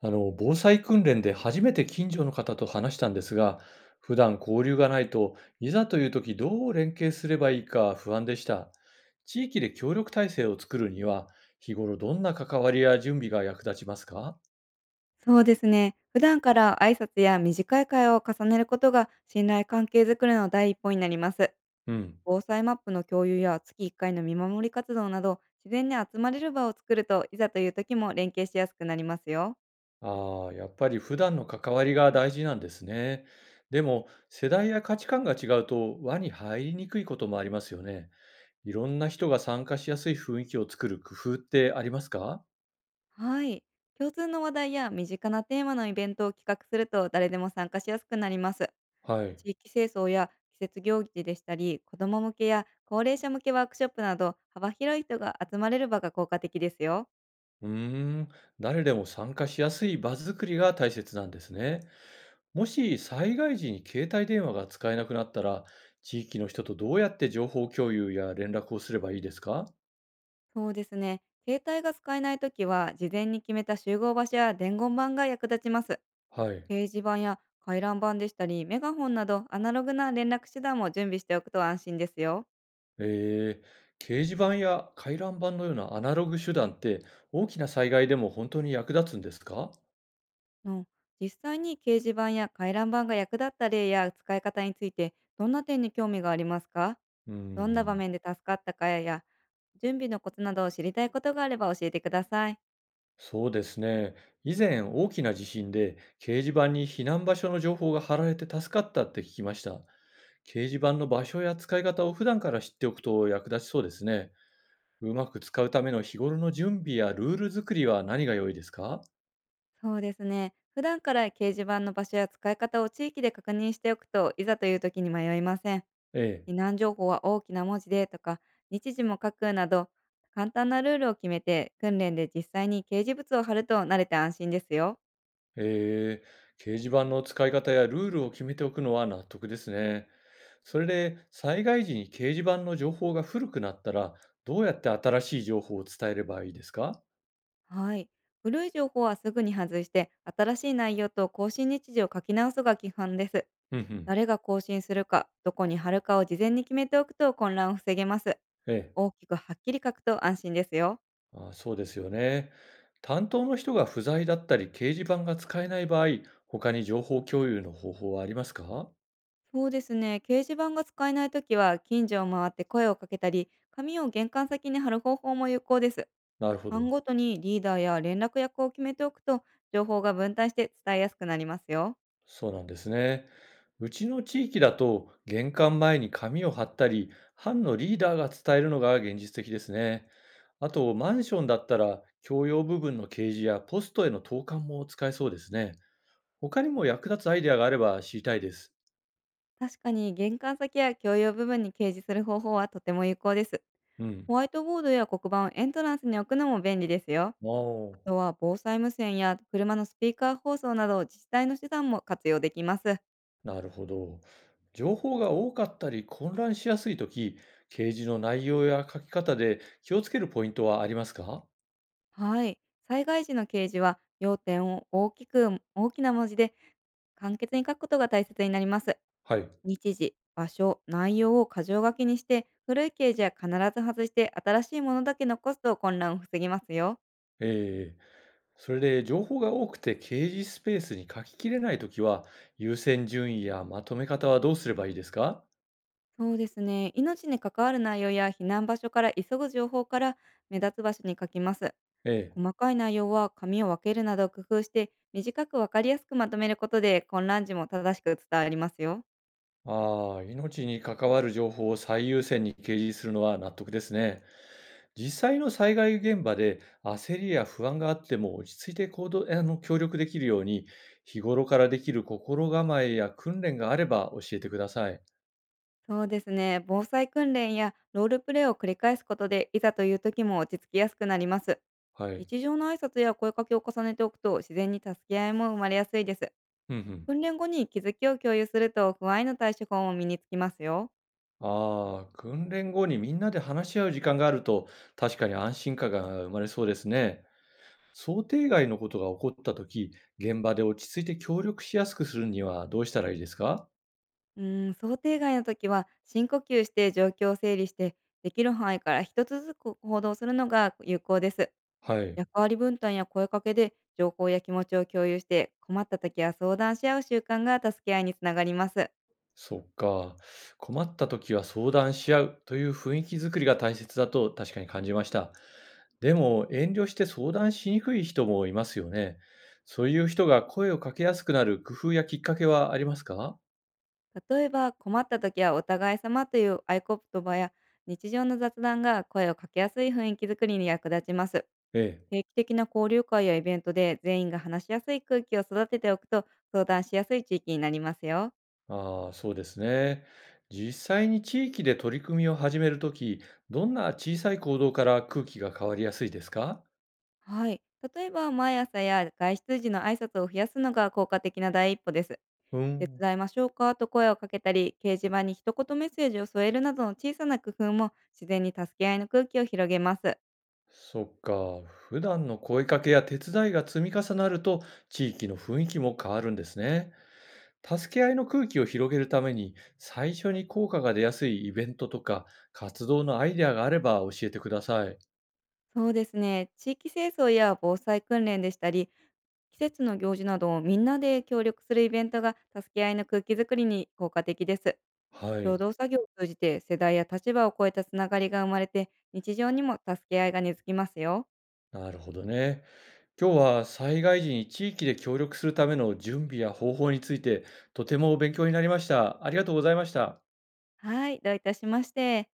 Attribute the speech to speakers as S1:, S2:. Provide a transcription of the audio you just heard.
S1: 防災訓練で初めて近所の方と話したんですが、普段交流がないといざという時どう連携すればいいか不安でした。地域で協力体制を作るには、日頃どんな関わりや準備が役立ちますか？
S2: そうですね。普段から挨拶や短い会話を重ねることが信頼関係づくりの第一歩になります。
S1: うん、
S2: 防災マップの共有や月1回の見守り活動など、自然に集まれる場を作るといざという時も連携しやすくなりますよ。
S1: ああ、やっぱり普段の関わりが大事なんですね。でも、世代や価値観が違うと輪に入りにくいこともありますよね。いろんな人が参加しやすい雰囲気を作る工夫ってありますか？
S2: はい。共通の話題や身近なテーマのイベントを企画すると誰でも参加しやすくなります。
S1: はい。
S2: 地域清掃や季節行事でしたり、子ども向けや高齢者向けワークショップなど幅広い人が集まれる場が効果的ですよ。
S1: うーん、誰でも参加しやすい場作りが大切なんですね。もし災害時に携帯電話が使えなくなったら、地域の人とどうやって情報共有や連絡をすればいいですか？
S2: そうですね。携帯が使えないときは、事前に決めた集合場所や伝言板が役立ちます。
S1: はい。
S2: 掲示板や回覧板でしたり、メガホンなどアナログな連絡手段も準備しておくと安心ですよ。
S1: 掲示板や回覧板のようなアナログ手段って大きな災害でも本当に役立つんですか？
S2: の実際に掲示板や回覧板が役立った例や使い方について、どんな点に興味がありますか？
S1: うー
S2: どんな場
S1: ん、
S2: 面で助かったかや、準備のコツなどを知りたいことがあれば教えてください。
S1: そうですね。以前大きな地震で掲示板に避難場所の情報が貼られて助かったって聞きました。掲示板の場所や使い方を普段から知っておくと役立ちそうですね。うまく使うための日頃の準備やルール作りは何が良いですか？
S2: そうですね。普段から掲示板の場所や使い方を地域で確認しておくといざという時に迷いません。
S1: ええ。
S2: 避難情報は大きな文字でとか、日時も書くなど、簡単なルールを決めて、訓練で実際に掲示物を貼ると慣れて安心ですよ。
S1: え掲示板の使い方やルールを決めておくのは納得ですね。それで、災害時に掲示板の情報が古くなったら、どうやって新しい情報を伝えればいいですか？
S2: はい。古い情報はすぐに外して、新しい内容と更新日時を書き直すが基本です。
S1: うんうん。
S2: 誰が更新するか、どこに貼るかを事前に決めておくと混乱を防げます。
S1: ええ。
S2: 大きくはっきり書くと安心ですよ。
S1: あ、そうですよね。担当の人が不在だったり、掲示板が使えない場合、他に情報共有の方法はありますか？
S2: そうですね。掲示板が使えないときは、近所を回って声をかけたり、紙を玄関先に貼る方法も有効です。
S1: なるほど。
S2: 班ごとにリーダーや連絡役を決めておくと情報が分担して伝えやすくなりますよ。
S1: そうなんですね。うちの地域だと、玄関前に紙を貼ったり、班のリーダーが伝えるのが現実的ですね。あと、マンションだったら、共用部分の掲示やポストへの投函も使えそうですね。他にも役立つアイデアがあれば知りたいです。
S2: 確かに玄関先や共用部分に掲示する方法はとても有効です。
S1: うん。
S2: ホワイトボードや黒板をエントランスに置くのも便利ですよ。
S1: あ
S2: あ
S1: あ、
S2: とは防災無線や車のスピーカー放送など自治体の手段も活用できます。
S1: なるほど。情報が多かったり混乱しやすいとき、掲示の内容や書き方で気をつけるポイントはありますか？
S2: はい。災害時の掲示は要点を大きく、大きな文字で簡潔に書くことが大切になります。
S1: はい。
S2: 日時、場所、内容を箇条書きにして、古いページは必ず外して新しいものだけ残すと混乱を防ぎますよ。
S1: ええ。それで情報が多くて掲示スペースに書ききれないときは、優先順位やまとめ方はどうすればいいですか？
S2: そうですね。命に関わる内容や避難場所から急ぐ情報から目立つ場所に書きます。
S1: ええ。
S2: 細かい内容は紙を分けるなど工夫して短く分かりやすくまとめることで混乱時も正しく伝わりますよ。
S1: ああ、命に関わる情報を最優先に掲示するのは納得ですね。実際の災害現場で焦りや不安があっても落ち着いて行動、協力できるように、日頃からできる心構えや訓練があれば教えてください。
S2: そうですね。防災訓練やロールプレイを繰り返すことでいざという時も落ち着きやすくなります。
S1: はい。
S2: 日常の挨拶や声かけを重ねておくと自然に助け合いも生まれやすいです。
S1: うんうん。
S2: 訓練後に気づきを共有すると不安への対処法も身につきますよ。
S1: ああ、訓練後にみんなで話し合う時間があると、確かに安心感が生まれそうですね。想定外のことが起こったとき、現場で落ち着いて協力しやすくするにはどうしたらいいですか？
S2: うーん、想定外の時は深呼吸して状況を整理してできる範囲から一つずつ行動するのが有効です。
S1: はい。
S2: 役割分担や声かけで情報や気持ちを共有して困った時は相談し合う習慣が助け合いにつながります。
S1: そっか。困ったときは相談し合うという雰囲気づくりが大切だと確かに感じました。でも、遠慮して相談しにくい人もいますよね。そういう人が声をかけやすくなる工夫やきっかけはありますか？
S2: 例えば困った時はお互い様という合言葉や日常の雑談が声をかけやすい雰囲気づくりに役立ちます。
S1: ええ。
S2: 定期的な交流会やイベントで全員が話しやすい空気を育てておくと相談しやすい地域になりますよ。
S1: ああ、そうですね。実際に地域で取り組みを始めるとき、どんな小さい行動から空気が変わりやすいですか？
S2: はい。例えば毎朝や外出時の挨拶を増やすのが効果的な第一歩です。
S1: う
S2: 手
S1: ん、
S2: 伝いましょうかと声をかけたり、掲示板に一言メッセージを添えるなどの小さな工夫も自然に助け合いの空気を広げます。
S1: そっか。普段の声かけや手伝いが積み重なると、地域の雰囲気も変わるんですね。助け合いの空気を広げるために、最初に効果が出やすいイベントとか、活動のアイデアがあれば教えてください。
S2: そうですね。地域清掃や防災訓練でしたり、季節の行事などをみんなで協力するイベントが助け合いの空気づくりに効果的です。
S1: は
S2: 共
S1: い。
S2: 同作業を通じて世代や立場を超えたつながりが生まれて、日常にも助け合いが根付きますよ。
S1: なるほどね。今日は災害時に地域で協力するための準備や方法についてとても勉強になりました。ありがとうございました。
S2: はい、どういたしまして。